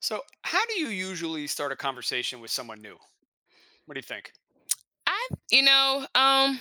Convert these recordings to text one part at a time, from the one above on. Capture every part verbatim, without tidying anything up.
So, how do you usually start a conversation with someone new? What do you think? I, you know, um,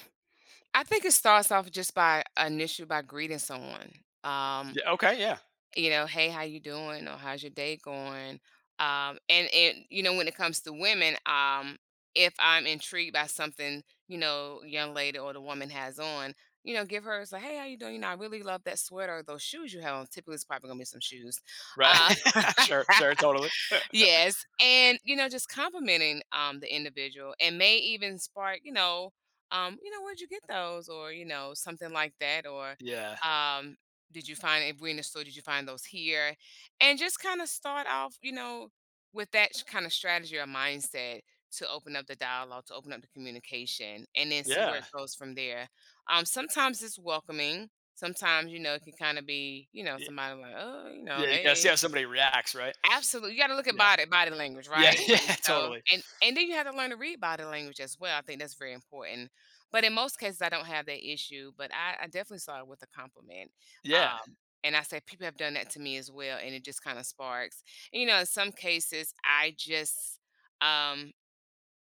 I think it starts off just by initially by greeting someone. Um, Yeah. Okay. Yeah. you know, hey, how you doing? Or how's your day going? Um, and and you know, when it comes to women, um, if I'm intrigued by something, you know, young lady or the woman has on, you know, give her it's like, hey, how you doing? You know, I really love that sweater or those shoes you have on. Typically, it's probably gonna be some shoes. Right. Uh, Sure. Sure. Totally. Yes, and, you know, just complimenting, um, the individual and may even spark, you know, um, "You know, where'd you get those?" Or, you know, something like that, or, Yeah. um, "Did you find if we're in the store, did you find those here?" And just kinda start off, you know, with that kinda strategy or mindset to open up the dialogue, to open up the communication, and then see where Yeah. it goes from there. Um, sometimes it's welcoming. Sometimes, you know, it can kinda be, you know, y- somebody like, "Oh," you know, Yeah. You gotta see "Hey." how somebody reacts, right? Absolutely, you gotta look at Yeah. body body language, Yeah. right? Yeah. And so Totally. and and then you have to learn to read body language as well, I think that's very important. But in most cases, I don't have that issue, but I I definitely saw it with a compliment, Yeah. um, and I said people have done that to me as well, and it just kinda sparks. And, you know, in some cases, I just, um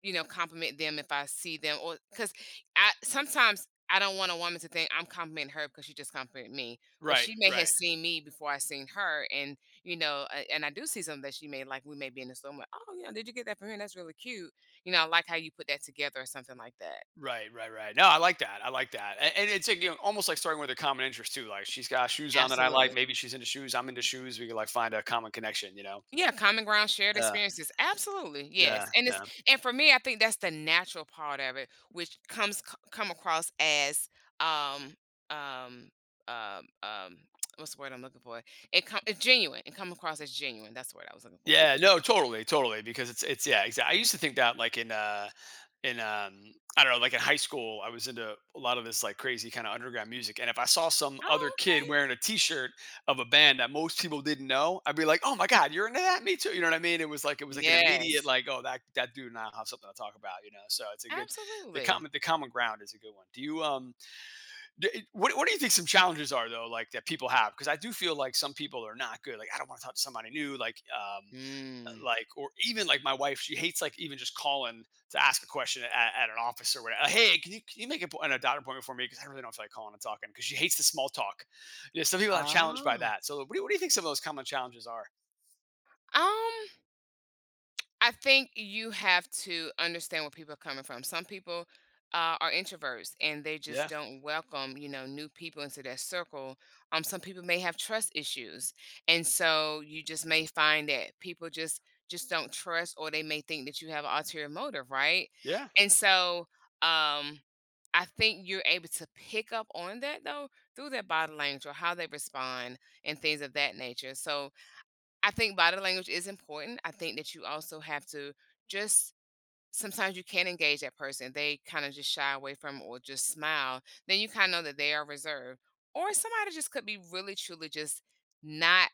you know, compliment them if I see them or because I sometimes I don't want a woman to think I'm complimenting her because she just complimented me, but Right. she may have Right. seen me before I seen her, and you know, a- and I do see something that she may like. We may be in the store, I'm like, oh, you know, did you get that from here? That's really cute. You know, I like how you put that together or something like that. Right. Right. Right. No, I like that. I like that. And, and it's like, you know, almost like starting with a common interest too. Like she's got shoes on that I Absolutely. like. Maybe she's into shoes. I'm into shoes. We can like find a common connection. You know. Yeah, common ground, shared Uh, experiences. Absolutely, yeah. yes, and it's Yeah. and for me, I think that's the natural part of it, which comes c- come across as um um um um what's the word I'm looking for? It come it's genuine. It come across as genuine. That's the word I was looking for. Yeah, no, totally, totally, because it's it's yeah, exactly. I used to think that like in uh in um I don't know, like in high school, I was into a lot of this like crazy kind of underground music. And if I saw some other Oh, kid okay. wearing a t-shirt of a band that most people didn't know, I'd be like, "Oh my god, you're into that? Me too." You know what I mean? It was like it was like an immediate Yes, like, "Oh, that that dude and I have something to talk about," you know. So it's a good the absolutely. common the common ground is a good one. Do you um d- it- what what do you think some challenges are though, like that people have, because I do feel like some people are not good, like I don't want to talk to somebody new, like um uh, Mm. like or even like my wife, she hates like even just calling to ask a question at, at an office or whatever. Like, hey, can you, can you make a, an, a doctor appointment for me, because I really don't feel like calling and talking, because she hates the small talk. You know, some people have challenged by Oh. that. So what do, you, what do you think some of those common challenges are? Um. I think you have to understand where people are coming from. Some people uh, are introverts and they just Yeah. don't welcome, you know, new people into their circle. Um, some people may have trust issues, and so you just may find that people just just don't trust, or they may think that you have an ulterior motive, right? Yeah. And so, um, I think you're able to pick up on that though through their body language or how they respond and things of that nature. So, I think body language is important. I think that you also have to just sometimes you can engage that person. They kind of just shy away from or just smile. Then you kind of know that they are reserved. Or somebody just could be really truly just not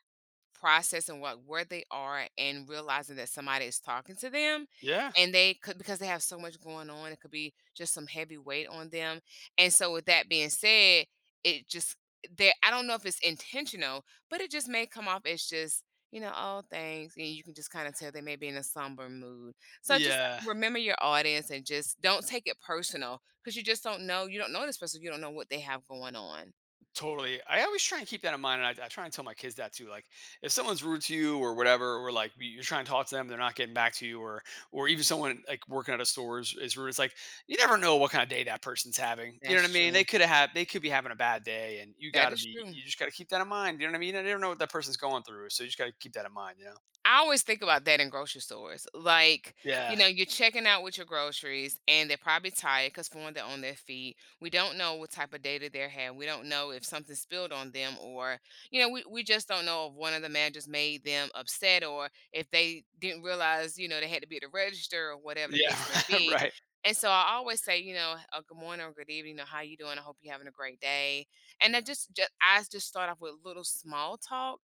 processing what where they are and realizing that somebody is talking to them, Yeah. and they could because they have so much going on. It could be just some heavy weight on them, and so with that being said, it just there, I don't know if it's intentional, but it just may come off as just, you know, oh thanks. And you can just kind of tell they may be in a somber mood, so just Yeah. remember your audience and just don't take it personal because you just don't know. You don't know this person. You don't know what they have going on. Totally. I always try and keep that in mind, and I, I try and tell my kids that too. Like, if someone's rude to you or whatever, or like you- are trying to talk to them, they're not getting back to you, or or even someone like working at a store is, is rude. It's like you never know what kind of day that person's having. You know That's what I mean? true. They could have they could be having a bad day, and you got That to is be, true. you just got to keep that in mind. You know what I mean? You never know what that person's going through, so you just got to keep that in mind. You know? I always think about that in grocery stores. Like, you Yeah. know, you're checking out with your groceries and they're probably tired because for one, they're on their feet. We don't know what type of data they're having. We don't know if something spilled on them or, you know, we, we just don't know if one of the managers made them upset or if they didn't realize, you know, they had to be at the register or whatever the Yeah. case may be. Right. And so I always say, you know, uh, good morning or good evening, you know, how you doing? I hope you're having a great day. And I just, just I just start off with little small talk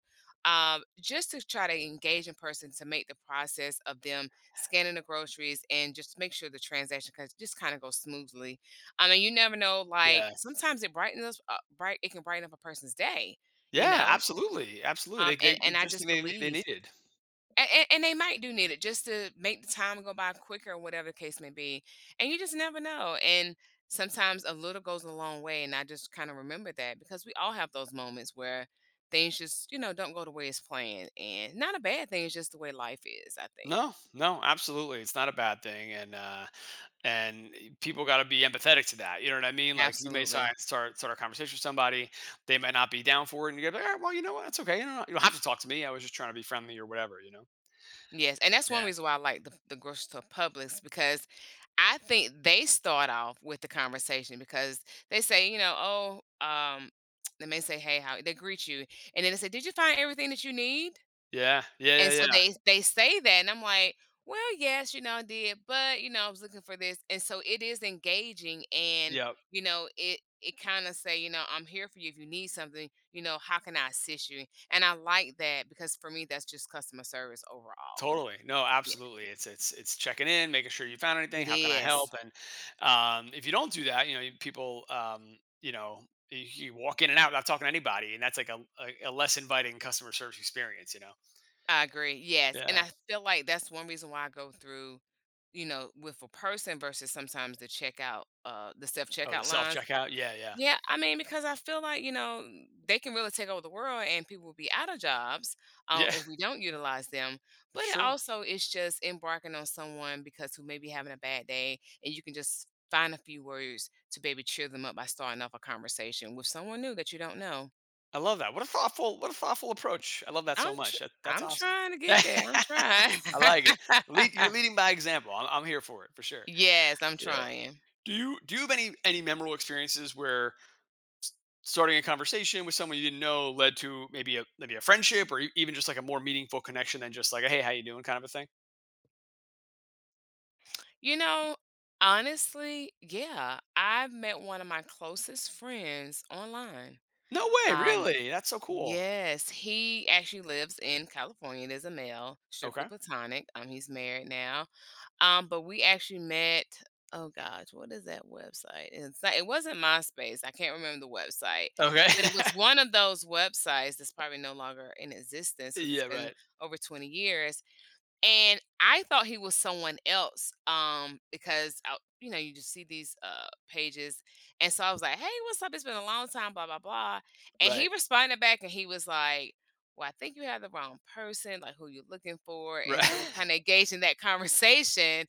um, just to try to engage in person to make the process of them scanning the groceries and just make sure the transaction cause just kind of goes smoothly. I mean, you never know. Like Yeah. sometimes it brightens up, uh, bright. It can brighten up a person's day, you Yeah. know. Absolutely. Absolutely. Um, They and they and it I just just they they believe needed. and, and, they might do need it just to make the time go by quicker or whatever the case may be. And you just never know. And sometimes a little goes a long way. And I just kind of remember that because we all have those moments where things just, you know, don't go the way it's planned. And not a bad thing. It's just the way life is, I think. No, no, absolutely. It's not a bad thing. And uh and eh, people got to be empathetic to that. You know what I mean? Like you may si- Absolutely. start start a conversation with somebody, they might not be down for it, and you're like, All right, well, you know what? It's okay. You don't, you don't have to talk to me. I was just trying to be friendly or whatever. You know? Yes, and that's one Yeah. reason why I like the the grocery store Publix because I think they start off with the conversation because they say, you know, "Oh, um" they may say, "Hey, how" they greet you, and then they say, "Did you find everything that you need?" Yeah. Yeah. And Yeah. so Yeah. they they say that, and I'm like, "Well, yes, you know, I did, but, you know, I was looking for this." And so it is engaging and, Yep. you know, it it kinda say, you know, "I'm here for you if you need something, you know, how can I assist you?" And I like that because for me, that's just customer service overall. Totally. No, absolutely. It's it's it's checking in, making sure you found anything. It How can I is. help? And um, if you don't do that, you know, you- people, um, you know, you, you walk in and out not talking to anybody, and that's like a, a, a less inviting customer service experience. You know? I agree. Yes. And Yeah. I feel like that's one reason why I go through, you know, with a person versus sometimes the checkout, uh, the self Oh, the checkout self lines. checkout. Yeah. Yeah. Yeah. I mean, because I feel like, you know, they can really take over the world and people will be out of jobs uh, Yeah. if we don't utilize them. It's But it true. also is just embarking on someone because who may be having a bad day and you can just find a few words to maybe cheer them up by starting off a conversation with someone new that you don't know. I love that. What a thoughtful what a thoughtful approach. I love that so I'm tr much. That, that's I'm awesome. trying to get there, I'm trying. I like it. Lead, you're leading by example. I'm, I'm here for it for sure. Yes, I'm Yeah. trying. Do you do you have any any memorable experiences where starting a conversation with someone you didn't know led to maybe a maybe a friendship or e- even just like a more meaningful connection than just like a, hey how you doing kind of a thing? You know, honestly, yeah, I've met one of my closest friends online. No way, Um, really. That's so cool. yes, he actually lives in California, there's a male, strictly Okay. platonic, um, he's married now. Um, but we actually met oh gosh, what is that website? It's not, it wasn't MySpace. I can't remember the website, Okay. but it was one of those websites that's probably no longer in existence because it's Yeah. been Right. over twenty years. And I thought he was someone else um, because, I, you know, you just see these uh, pages. And so I was like, hey, what's up? It's been a long time, blah, blah, blah. And he Right. responded back and he was like, well, I think you have the wrong person, like who you're looking for. And so we Right. kind of engaged in that conversation,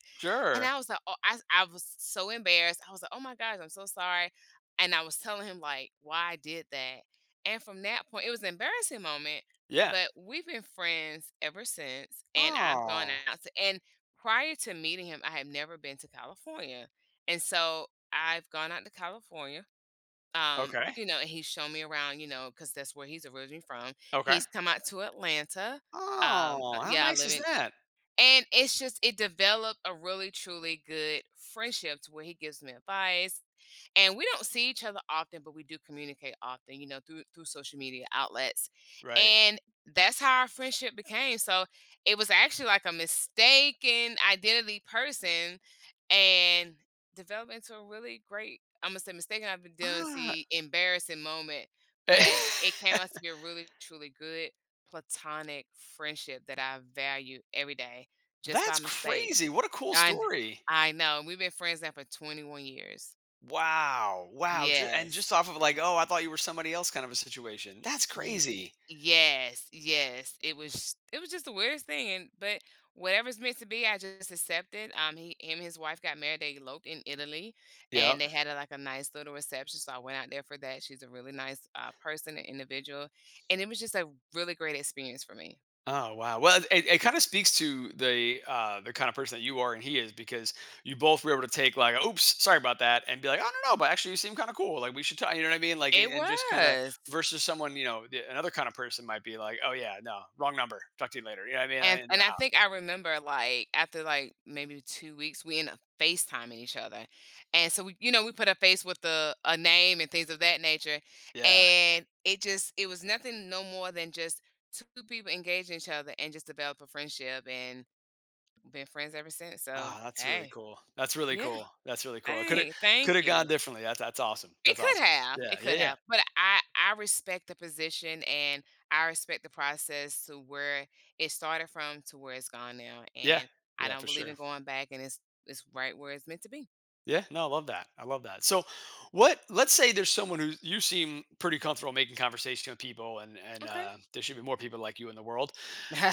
and Sure. I was like, oh, I I was so embarrassed. I was like, "Oh my gosh, I'm so sorry." And I was telling him like why I did that. And from that point, it was an embarrassing moment, Yeah. but we've been friends ever since. And I've gone Oh. out to, and prior to meeting him, I had never been to California. And so I've gone out to California. Um, Okay. you know, and he's shown me around, you know, because that's where he's originally from. Okay. He's come out to Atlanta. Um, uh, Oh, how yeah, I nice live is in that? and it's just it developed a really, truly good friendship to where he gives me advice, and we don't see each other often but we do communicate often, you know, through through social media outlets, Right. and that's how our friendship became. So it was actually like a mistaken identity person, and developed into a really great, I'm gonna say, mistaken Ah, identity embarrassing moment, but it came out to be a really truly good platonic friendship that I value every day, just by that's mistake. crazy. What a cool i story. I know we've been friends now for twenty-one years. Wow. Wow. Ju- and Yes. just off of like, oh, I thought you were somebody else kind of a situation. That's Ye crazy. Yes, yes, it was it was just the weirdest thing, and but whatever's meant to be, I just accepted. Um, he him and his wife got married. They eloped in Italy, and Yep. they had a, like a nice little reception. So I went out there for that. She's a really nice uh, person and individual, and it was just a really great experience for me. Oh wow. Well, it, it kind of speaks to the uh, the kind of person that you are and he is because you both were able to take like, oops, sorry about that, and be like, I don't know, but actually you seem kind of cool. Like we should talk. You know what I mean? Like, It and just kind of was. versus someone, you know, the- another kind of person might be like, oh yeah, no, wrong number. Talk to you later. You know what I And mean? and I think I remember, like, after, like, maybe two weeks, we ended up FaceTiming each other, and so we you know, we put a face with a a name and things of that nature, Yeah. and it just it was nothing no more than just two people engaging each other and just develop a friendship, and been friends ever since, so, Ah, that's really hey. cool. That's really Yeah, cool. That's really cool. It coulda hey, thank coulda gone you. differently. That's that's awesome. It That's could awesome. have, Yeah, it yeah, could yeah. have, but I I respect the position, and I respect the process. To where it started from to where it's gone now, Yeah. and I Yeah, don't for believe sure. in going back, and it's it's right where it's meant to be. Yeah, no, I love that. I love that. So what, let's say there's someone who, you seem pretty comfortable making conversation with people, and and Okay. uh there should be more people like you in the world.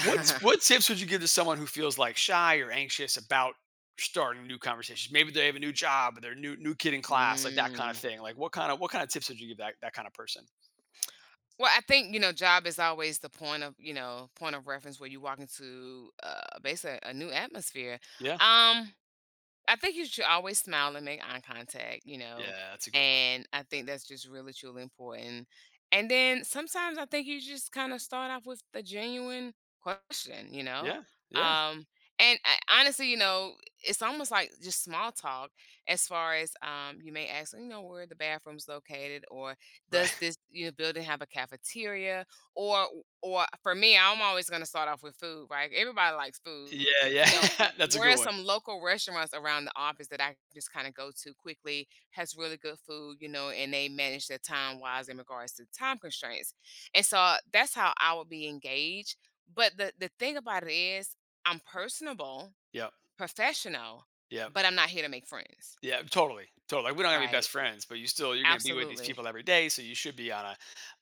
What what tips would you give to someone who feels like shy or anxious about starting new conversations? Maybe they have a new job or they're new new kid in class, like that kind of Mm. thing. Like what kind of what kind of tips would you give that that kind of person? Well, I think, you know, job is always the point of, you know, point of reference where you walk into uh, basically a new atmosphere. Yeah. Um I think you should always smile and make eye contact, you know, Yeah, that's a good one. and I think that's just really, truly important. And then sometimes I think you just kind of start off with the genuine question, you know. Yeah, yeah, Um, and I, honestly, you know, it's almost like just small talk as far as um, you may ask, you know, where the bathroom's located, or does right. this, you know, building have a cafeteria, or or for me, I'm always going to start off with food, right? Everybody likes food, Yeah, you know, yeah. w That's a good whereas one. some local restaurants around the office that I just kinda go to quickly has really good food, you know, and they manage their time wise in regards to time constraints, and so that's how I would be engaged, but the the thing about it is I'm personable, Yep, professional, yep, but I'm not here to make friends, yeah, totally, totally. Like, we don't have to be right? best friends, but you still, you're gonna be with these Absolutely. people every day, so you should be on a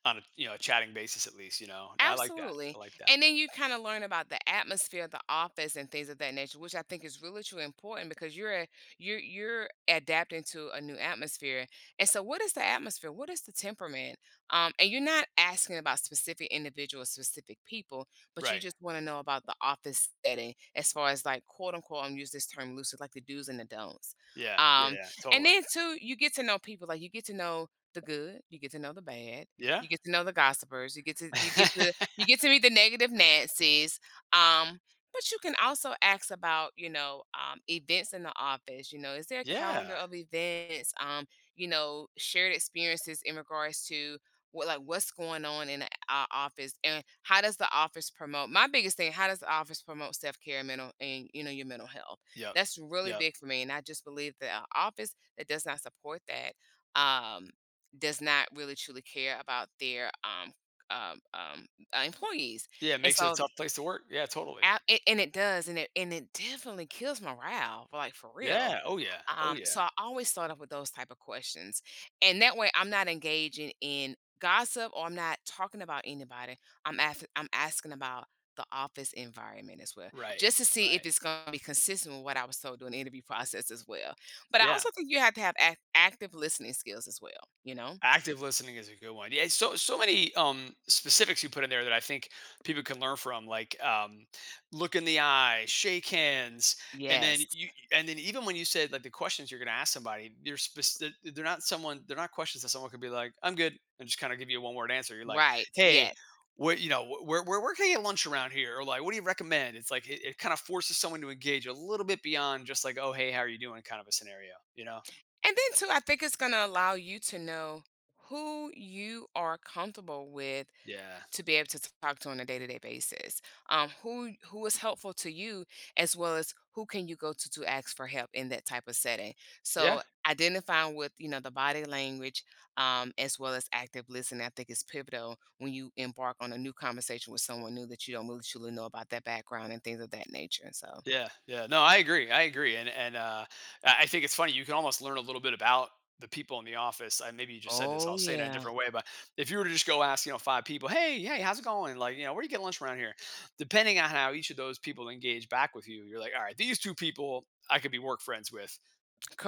on a, you know, a chatting basis at least. You know, I like that. Absolutely. I like that. And then you kind of learn about the atmosphere of the office and things of that nature, which I think is really too important because you're a- you're you're adapting to a new atmosphere. And so what is the atmosphere? What is the temperament? Um, and you're not asking about specific individuals, specific people, but you Right. just want to know about the office setting as far as like, quote unquote, I'm use this term loosely, like the do's and the don'ts. Yeah. Yeah. Um, Yeah. and Totally. then too, you get to know people, like you get to know the good, you get to know the bad, Yeah. you get to know the gossipers. You get to you get to you get to meet the negative Nancy's. Um, but you can also ask about, you know, um, events in the office. You know, is there a calendar Yeah. of events? Um, you know, shared experiences in regards to what, like what's going on in the uh, office, and how does the office promote? My biggest thing, how does the office promote self care and mental and, you know, your mental health? Yep. That's really Yep. big for me, and I just believe that an office that does not support that. Um, does not really truly care about their um um, um uh, employees, Yeah. It and makes it a so tough place to work. Yeah. Totally. a- a- and it does, and it and it definitely kills morale, like for real. Yeah. Oh yeah. Oh um so yeah. I always start off with those type of questions, and that way I'm not engaging in gossip, or I'm not talking about anybody. i'm ask- I'm asking about the office environment as well, Right. just to see if Right. it's going to be consistent with what I was told during the interview process as well. But I Yeah. also think you have to have act- active listening skills as well, you know. Active listening is a good one. Yeah, so so many um, specifics you put in there that I think people can learn from, like um, look in the eye, shake hands, and then Yes, you, and then even when you said like the questions you're going to ask somebody, you're specific. They're not someone. They're not questions that someone could be like, "I'm good," and just kind of give you a one word answer. You're like, right, "Hey, yes, what you know, wh- where where where can I get lunch around here?" Or like, "What do you recommend?" It's like it, it kind of forces someone to engage a little bit beyond just like, "Oh, hey, how are you doing?" kind of a scenario. You know? and then too, I think it's gonna allow you to know who you are comfortable with Yeah. to be able to talk to on a day-to-day basis, um, who who is helpful to you, as well as who can you go to to ask for help in that type of setting. Yeah. So, identifying with, you know, the body language, um, as well as active listening, I think is pivotal when you embark on a new conversation with someone new that you don't really truly know about their background and things of that nature, so Yeah, yeah. No, I agree. I agree. And and uh, I I think it's funny. You can almost learn a little bit about the people in the office. I maybe you just said this. Oh, I'll say it in a yeah, different way. But if you were to just go ask, you know, five people, hey, hey, how's it going? Like, you know, where do you get lunch around here? Depending on how each of those people engage back with you, you're like, all right, these two people I could be work friends with.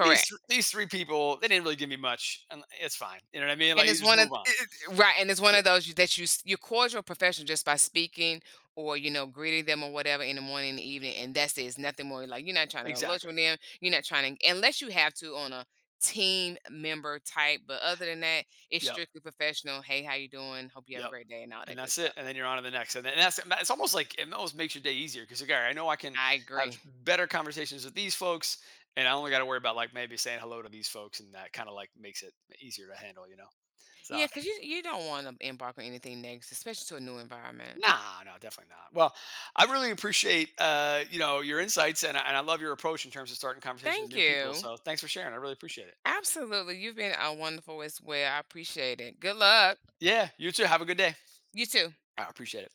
These th- these three people, they didn't really give me much, and it's fine. You know what I mean? And Like, you it's just one of move on. right, and it's one Yeah, of those you that you s- you cordial professional just by speaking or, you know, greeting them or whatever in the morning and the evening, and that's it. It's nothing more. Like you're not trying to go lunch with exactly. them. You're not trying to unless you have to on a team member type. But other than that, it's Yep. strictly professional. Hey, how you doing? Hope you have a Yep. great day and all And that good that's it, stuff. and then you're on to the next, and then and that's it's almost like it almost makes your day easier, 'cause you're like, "Alright, I know I can I have agree. better conversations with these folks, and I only gotta worry about, like, maybe saying hello to these folks," and that kinda, like, makes it easier to handle, you know? So Yeah, because you you don't want to embark on anything next, especially to a new environment. nah, no, definitely not. Well, I really appreciate, uh, you know, your insights, and I and I love your approach in terms of starting conversations with Thank new people, you. so thanks for sharing, I really appreciate it. Absolutely, you've been uh, wonderful as well. I appreciate it. Good luck. Yeah, you too, have a good day. You too. I appreciate it.